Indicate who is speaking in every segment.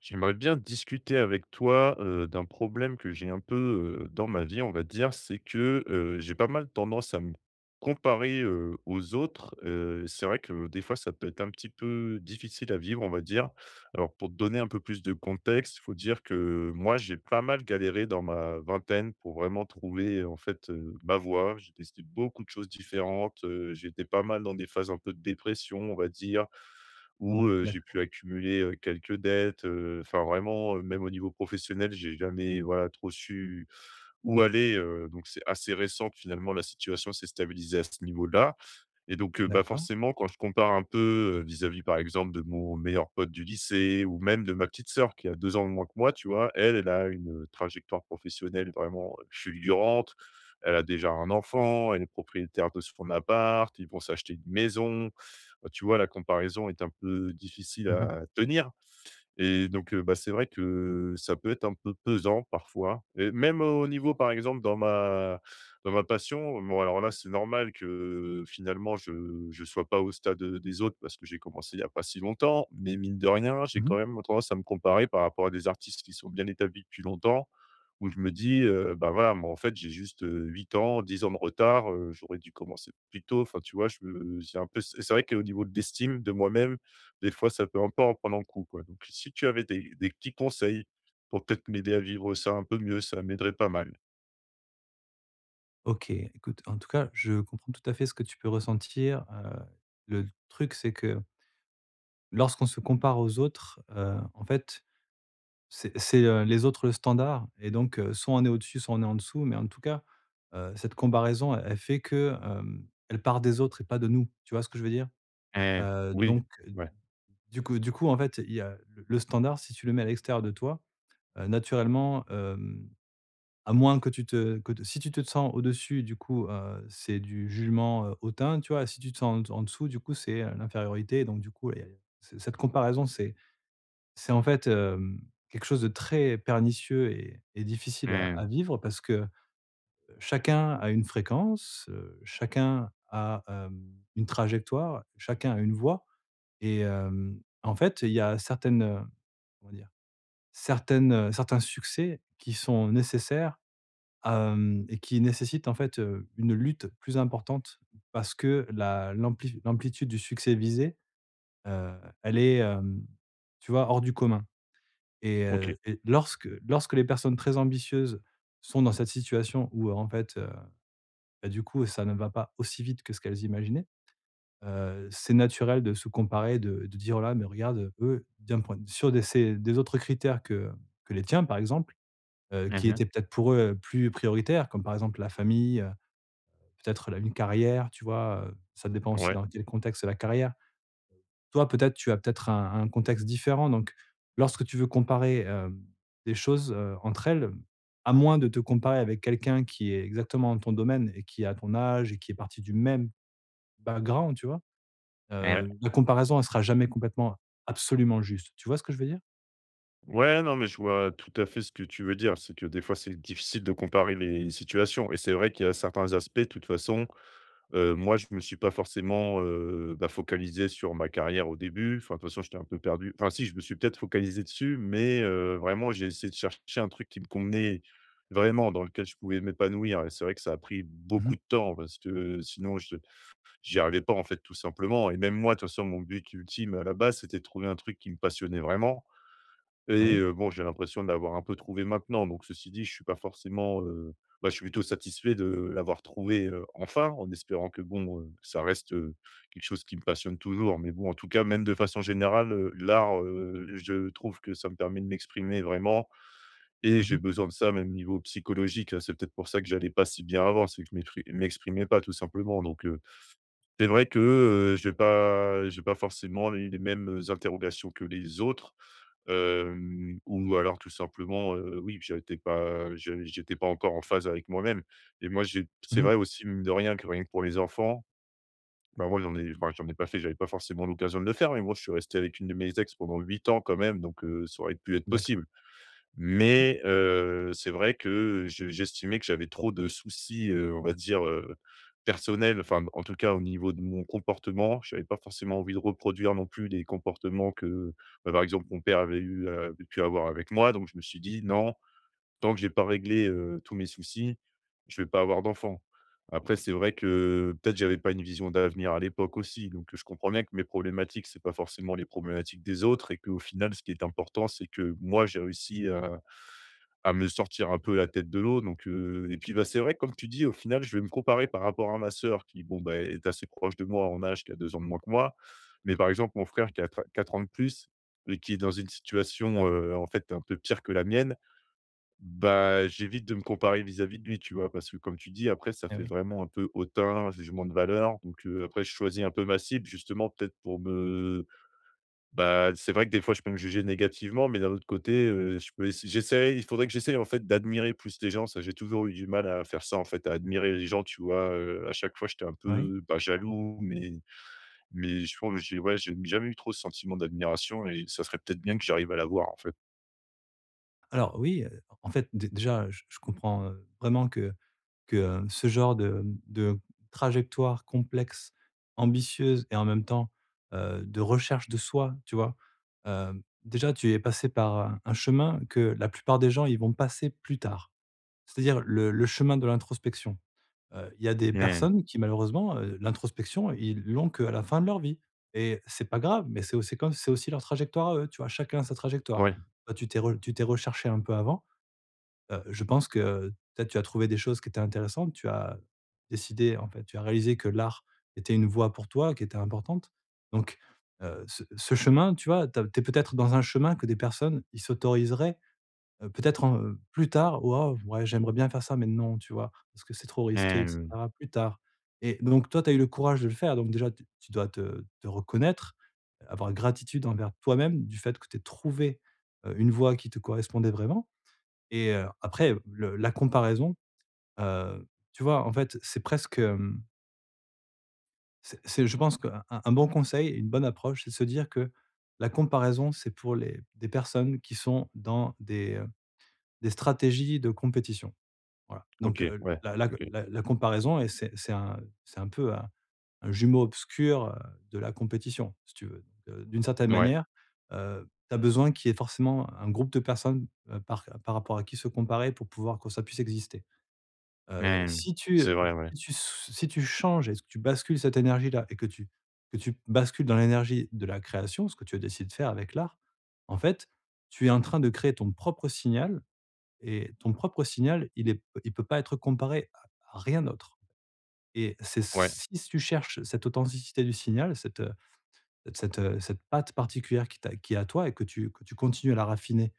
Speaker 1: J'aimerais bien discuter avec toi, d'un problème que j'ai un peu, dans ma vie, on va dire. C'est que, j'ai pas mal tendance à me comparer, aux autres. C'est vrai que des fois, ça peut être un petit peu difficile à vivre, on va dire. Alors pour te donner un peu plus de contexte, il faut dire que moi, j'ai pas mal galéré dans ma vingtaine pour vraiment trouver, en fait, ma voie. J'ai testé beaucoup de choses différentes, j'étais pas mal dans des phases un peu de dépression, on va dire, où j'ai pu
Speaker 2: D'accord,
Speaker 1: accumuler, quelques dettes, enfin vraiment, même au niveau professionnel, j'ai jamais, voilà, trop su où aller, donc c'est assez récent que finalement la situation s'est stabilisée à ce niveau-là. Et donc bah,
Speaker 2: d'accord.
Speaker 1: forcément quand je compare un peu, vis-à-vis par exemple de mon meilleur pote du lycée ou même de ma petite sœur qui a 2 ans de moins que moi, tu vois? Elle, elle a une, trajectoire professionnelle vraiment fulgurante. Elle a déjà un enfant, elle est propriétaire de son appart, ils vont s'acheter une maison. Tu vois, la comparaison est un peu difficile
Speaker 2: Mmh mh.
Speaker 1: à tenir et donc, bah, c'est vrai que ça peut être un peu pesant parfois, et même au niveau, par exemple, dans ma passion. Bon, alors là, c'est normal que finalement je sois pas au stade des autres parce que j'ai commencé il y a pas si longtemps, mais mine de rien, j'ai
Speaker 2: Mmh.
Speaker 1: quand même tendance à me comparer par rapport à des artistes qui sont bien établis depuis longtemps, où je me dis: «Bah, voilà, moi, en fait, j'ai juste, 8 ans, 10 ans de retard, j'aurais dû commencer plus tôt.» Enfin, tu vois, je me j'ai un peu, c'est vrai qu'au niveau de l'estime de moi-même, des fois, ça peut un peu en prendre un coup, quoi. Donc, si tu avais des petits conseils pour peut-être m'aider à vivre ça un peu mieux, ça m'aiderait pas mal.
Speaker 2: OK, écoute, en tout cas, je comprends tout à fait ce que tu peux ressentir, le truc, c'est que lorsqu'on se compare aux autres, en fait, c'est les autres le standard et donc soit on est au-dessus, soit on est en dessous, mais en tout cas, cette comparaison, elle fait que, elle part des autres et pas de nous. Tu vois ce que je veux dire?
Speaker 1: Heu,
Speaker 2: Heu,
Speaker 1: oui.
Speaker 2: donc euh,
Speaker 1: Ouais.
Speaker 2: du coup, en fait, il y a le standard, si tu le mets à l'extérieur de toi, naturellement. À moins que tu te que te Si tu te sens au-dessus, du coup, c'est du jugement, hautain, tu vois? Si tu te sens en dessous, du coup, c'est l'infériorité. Donc du coup, il y a c cette comparaison, c'est en fait, quelque chose de très pernicieux et difficile à
Speaker 1: Heu,
Speaker 2: vivre parce que chacun a une fréquence, chacun a, une trajectoire, chacun a une voie et en fait, il y a certaines, comment dire? Certaines, certains succès qui sont nécessaires. Hem et qui nécessite en fait, une lutte plus importante parce que la l'ampli l'amplitude du succès visé, heu, elle est, tu vois, hors du commun, et
Speaker 1: OK.
Speaker 2: heu et lorsque les personnes très ambitieuses sont dans cette situation où, en fait, bah, du coup, ça ne va pas aussi vite que ce qu'elles imaginaient. C'est naturel de se comparer, de dire: «Oh là, mais regarde, eux, d'un point sur des ces des autres critères que les tiens», par exemple, qui
Speaker 1: Mmh.
Speaker 2: étaient peut-être pour eux, plus prioritaires, comme par exemple la famille, peut-être la une carrière, tu vois? Ça dépend aussi
Speaker 1: Ouais.
Speaker 2: dans quel contexte la carrière. Toi, peut-être, tu as peut-être un contexte différent. Donc lorsque tu veux comparer, des choses, entre elles, à moins de te comparer avec quelqu'un qui est exactement dans ton domaine et qui a ton âge et qui est parti du même background, tu vois?
Speaker 1: Eh ouais.
Speaker 2: La comparaison, elle sera jamais complètement, absolument juste. Tu vois ce que je veux dire?
Speaker 1: Ouais, non, mais je vois tout à fait ce que tu veux dire. C'est que des fois, c'est difficile de comparer les situations, et c'est vrai qu'il y a certains aspects, de toute façon. Moi, je me suis pas forcément, bah, focalisé sur ma carrière au début. Enfin, de toute façon, j'étais un peu perdu. Enfin si, je me suis peut-être focalisé dessus, mais vraiment, j'ai essayé de chercher un truc qui me convenait vraiment, dans lequel je pouvais m'épanouir, et c'est vrai que ça a pris beaucoup
Speaker 2: Mmh.
Speaker 1: de temps parce que sinon je j'y arrivais pas, en fait, tout simplement. Et même moi, de toute façon, mon but ultime à la base, c'était de trouver un truc qui me passionnait vraiment, et
Speaker 2: Oui.
Speaker 1: bon, j'ai l'impression de l'avoir un peu trouvé maintenant. Donc ceci dit, je suis pas forcément, bah, je suis plutôt satisfait de l'avoir trouvé, enfin, en espérant que bon, ça reste quelque chose qui me passionne toujours. Mais bon, en tout cas, même de façon générale, l'art, je trouve que ça me permet de m'exprimer vraiment, et j'ai
Speaker 2: Mmh.
Speaker 1: besoin de ça même niveau psychologique, hein. C'est peut-être pour ça que j'allais pas si bien avant, c'est que je m'expri m'exprimais pas, tout simplement. Donc c'est vrai que, j'ai pas forcément les mêmes interrogations que les autres. Ou alors tout simplement, oui, j'étais pas encore en phase avec moi-même. Et moi, j'ai
Speaker 2: Mmh
Speaker 1: c'est
Speaker 2: mh.
Speaker 1: vrai aussi, mine de rien, que rien que pour les enfants, bah, moi, j'en ai enfin, j'en ai pas fait, j'avais pas forcément l'occasion de le faire, mais moi je suis resté avec une de mes ex pendant 8 ans quand même, donc ça aurait pu être
Speaker 2: D'accord,
Speaker 1: possible.
Speaker 2: oui.
Speaker 1: Mais c'est vrai que je j'estimais que j'avais trop de soucis, on va dire, personnels, enfin, en tout cas au niveau de mon comportement. Je n'avais pas forcément envie de reproduire non plus les comportements que, bah, par exemple, mon père avait pu avoir avec moi. Donc je me suis dit: «Non, tant que j'ai pas réglé, tous mes soucis, je vais pas avoir d'enfant.» Après, c'est vrai que peut-être j'avais pas une vision d'avenir à l'époque aussi. Donc je comprends bien que mes problématiques, c'est pas forcément les problématiques des autres, et qu'au final, ce qui est important, c'est que moi, j'ai réussi à me sortir un peu la tête de l'eau. Donc et puis, bah, c'est vrai, comme tu dis, au final, je vais me comparer par rapport à ma sœur qui, bon, bah, est assez proche de moi en âge, qui a 2 ans de moins que moi. Mais par exemple, mon frère qui a qua 4 ans de plus et qui est dans une situation, en fait, un peu pire que la mienne, bah, j'évite de me comparer vis-à-vis de lui, tu vois? Parce que comme tu dis, après, ça
Speaker 2: Eh
Speaker 1: fait
Speaker 2: oui.
Speaker 1: vraiment un peu hautain, jugement de valeur, donc après, je choisis un peu ma cible, justement peut-être pour me bah, c'est vrai que des fois, je peux me juger négativement, mais d'un autre côté, je peux ess j'essaye il faudrait que j'essaie, en fait, d'admirer plus les gens. Ça, j'ai toujours eu du mal à faire ça, en fait, à admirer les gens, tu vois? À chaque fois, j'étais un
Speaker 2: Oui.
Speaker 1: peu, pas jaloux, mais je trouve j'ai ouais, j'ai jamais eu trop ce sentiment d'admiration, et ça serait peut-être bien que j'arrive à l'avoir, en fait.
Speaker 2: Alors oui, en fait, dé déjà, je comprends, vraiment que, ce genre de trajectoire complexe, ambitieuse et en même temps, de recherche de soi, tu vois? Déjà, tu es passée par un chemin que la plupart des gens, ils vont passer plus tard. C'est-à-dire le chemin de l'introspection. Il y a des
Speaker 1: Mmh,
Speaker 2: personnes qui malheureusement, l'introspection, ils l'ont qu'à la fin de leur vie et c'est pas grave, mais c'est aussi comme c'est aussi leur trajectoire à eux, tu vois? Chacun sa trajectoire.
Speaker 1: ouais,
Speaker 2: Toi, tu t'es recherché un peu avant. Je pense que peut-être tu as trouvé des choses qui étaient intéressantes, tu as décidé en fait, tu as réalisé que l'art était une voie pour toi qui était importante. Donc ce ce chemin, tu vois? Tu as peut-être dans un chemin que des personnes, ils s'autoriseraient. Peut-être en, plus tard, waouh, ouais, j'aimerais bien faire ça, mais non, tu vois? Parce que c'est trop risqué et
Speaker 1: mmh,
Speaker 2: cetera, plus tard. Et donc toi, tu as eu le courage de le faire, donc déjà, tu dois te reconnaître, avoir gratitude envers toi-même du fait que tu aies trouvé, une voie qui te correspondait vraiment. Et après le la comparaison, heu, tu vois, en fait, c'est presque, c'est je pense qu'un bon conseil une bonne approche, c'est de se dire que la comparaison, c'est pour les des personnes qui sont dans des stratégies de compétition. Voilà, donc
Speaker 1: OK, ouais,
Speaker 2: la la
Speaker 1: OK,
Speaker 2: la la comparaison et c'est un peu un jumeau obscur, de la compétition, si tu veux. Donc d'une certaine
Speaker 1: ouais,
Speaker 2: manière, tu as besoin qu'il y ait forcément un groupe de personnes, par rapport à qui se comparer pour pouvoir que ça puisse exister. Heu,
Speaker 1: mmh,
Speaker 2: si tu,
Speaker 1: c'est vrai, ouais,
Speaker 2: si tu si tu changes et que tu bascules cette énergie-là et que tu bascules dans l'énergie de la création, ce que tu as décidé de faire avec l'art, en fait, tu es en train de créer ton propre signal et ton propre signal, il peut pas être comparé à rien d'autre. Et c'est
Speaker 1: ouais,
Speaker 2: si tu cherches cette authenticité du signal, cette, cette patte particulière qui est à toi et que tu continues à la raffiner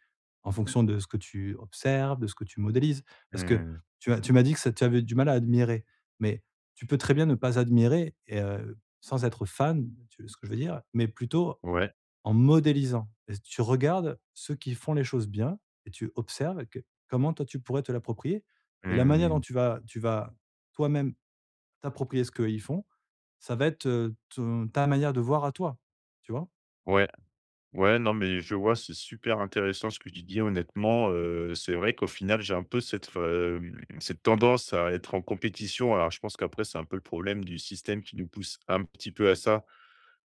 Speaker 2: en fonction de ce que tu observes, de ce que tu modélises. Parce que
Speaker 1: mmh,
Speaker 2: tu m'as dit que ça tu avais du mal à admirer, mais tu peux très bien ne pas admirer et sans être fan, tu ce que je veux dire? Mais plutôt
Speaker 1: ouais,
Speaker 2: en modélisant. Et tu regardes ceux qui font les choses bien et tu observes que comment toi, tu pourrais te l'approprier et la manière dont
Speaker 1: mmh,
Speaker 2: tu vas toi-même t'approprier ce qu'ils font, ça va être, ton ta manière de voir à toi, tu vois?
Speaker 1: ouais. Ouais, non, mais je vois, c'est super intéressant ce que tu dis. Honnêtement, c'est vrai qu'au final, j'ai un peu cette f cette tendance à être en compétition. Alors, je pense qu'après, c'est un peu le problème du système qui nous pousse un petit peu à ça.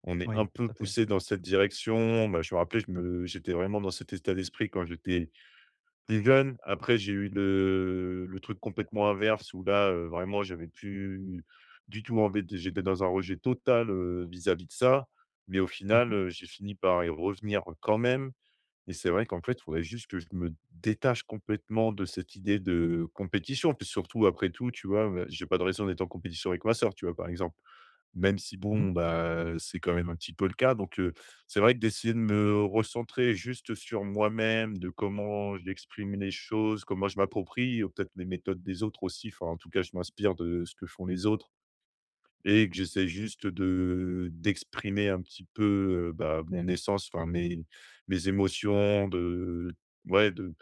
Speaker 1: On est
Speaker 2: Oui,
Speaker 1: un peu
Speaker 2: tout à fait.
Speaker 1: poussé dans cette direction. Bah, je me rappelais, je me j'étais vraiment dans cet état d'esprit quand j'étais plus jeune. Après j'ai eu le truc complètement inverse où là, vraiment j'avais plus du tout envie de j'étais dans un rejet total, vis-à-vis de ça. Mais au
Speaker 2: Mmh mh.
Speaker 1: final, j'ai fini par y revenir quand même, et c'est vrai qu'en fait, il faudrait juste que je me détache complètement de cette idée de compétition. Puis surtout, après tout, tu vois, bah, j'ai pas de raison d'être en compétition avec ma sœur, tu vois, par exemple. Même si
Speaker 2: Mmh mh.
Speaker 1: bon, bah, c'est quand même un petit peu le cas, donc c'est vrai que d'essayer de me recentrer juste sur moi-même, de comment j'exprime les choses, comment je m'approprie, peut-être les méthodes des autres aussi, enfin en tout cas je m'inspire de ce que font les autres, et que j'essaie juste de d'exprimer un petit peu, bah, mon essence, enfin mes émotions de, ouais, de,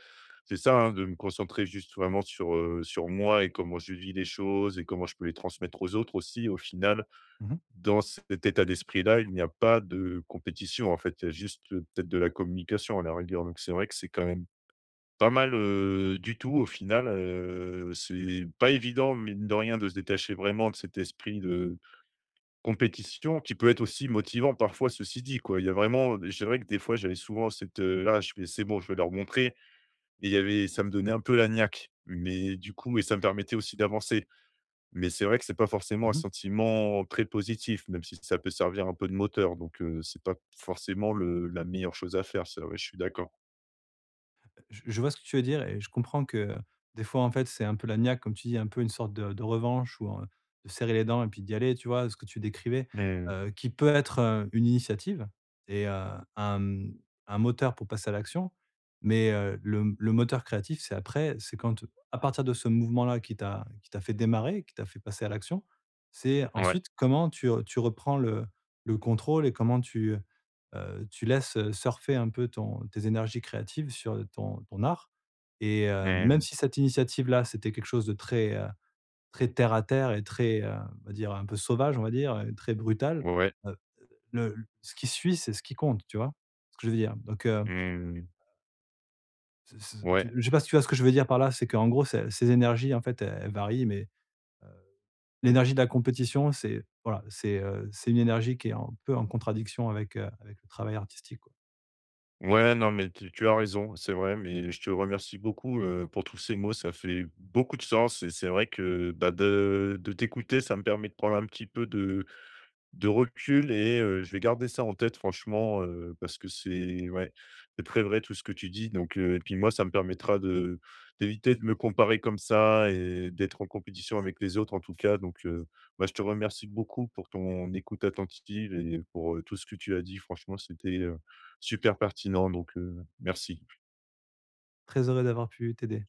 Speaker 1: c'est ça, hein, de me concentrer juste vraiment sur, sur moi, et comment je vis les choses et comment je peux les transmettre aux autres aussi au final.
Speaker 2: Mmh.
Speaker 1: Dans cet état d'esprit-là, il n'y a pas de compétition, en fait, il y a juste, peut-être de la communication à la rigueur. Donc c'est vrai que c'est quand même pas mal, du tout au final. C'est pas évident, mine de rien, de se détacher vraiment de cet esprit de compétition, qui peut être aussi motivant parfois, ceci dit, quoi. Il y a vraiment, c'est vrai que des fois, j'avais souvent cette, là, je fais: «C'est bon, je vais leur montrer», et il y avait ça me donnait un peu la niaque, mais du coup et ça me permettait aussi d'avancer. Mais c'est vrai que c'est pas forcément un
Speaker 2: Mmh.
Speaker 1: sentiment très positif, même si ça peut servir un peu de moteur, donc c'est pas forcément le la meilleure chose à faire, ça, ouais, je suis d'accord.
Speaker 2: Je vois ce que tu veux dire et je comprends que des fois, en fait, c'est un peu la niaque, comme tu dis, un peu une sorte de revanche ou de serrer les dents et puis d'y aller, tu vois, ce que tu décrivais,
Speaker 1: Mmh,
Speaker 2: qui peut être une initiative et un moteur pour passer à l'action. Mais le moteur créatif, c'est après, c'est quand, à partir de ce mouvement-là qui t'a fait démarrer, qui t'a fait passer à l'action, c'est
Speaker 1: ouais,
Speaker 2: ensuite comment tu, tu reprends le contrôle et comment tu, tu laisses, surfer un peu ton tes énergies créatives sur ton art. Et
Speaker 1: mmh,
Speaker 2: même si cette initiative-là, c'était quelque chose de très, très terre à terre et très, on va dire un peu sauvage, on va dire, très brutal,
Speaker 1: ouais,
Speaker 2: heu, le ce qui suit, c'est ce qui compte, tu vois? Ce que je veux dire? Donc,
Speaker 1: mmh,
Speaker 2: ce ce
Speaker 1: ouais.
Speaker 2: tu je sais pas si tu vois ce que je veux dire par là? C'est qu'en gros, ces énergies, en fait, elles varient, mais l'énergie de la compétition, c'est voilà, c'est c'est une énergie qui est un peu en contradiction avec, avec le travail artistique, quoi.
Speaker 1: Ouais, non, mais tu as raison, c'est vrai, mais je te remercie beaucoup, pour tous ces mots, ça fait beaucoup de sens, et c'est vrai que, bah, de t'écouter, ça me permet de prendre un petit peu de recul. Et je vais garder ça en tête, franchement, parce que c'est ouais, c'est très vrai tout ce que tu dis. Donc et puis moi, ça me permettra de d'éviter de me comparer comme ça et d'être en compétition avec les autres, en tout cas. Donc bah, je te remercie beaucoup pour ton écoute attentive et pour, tout ce que tu as dit. Franchement, c'était, super pertinent. Donc merci.
Speaker 2: Très heureux d'avoir pu t'aider.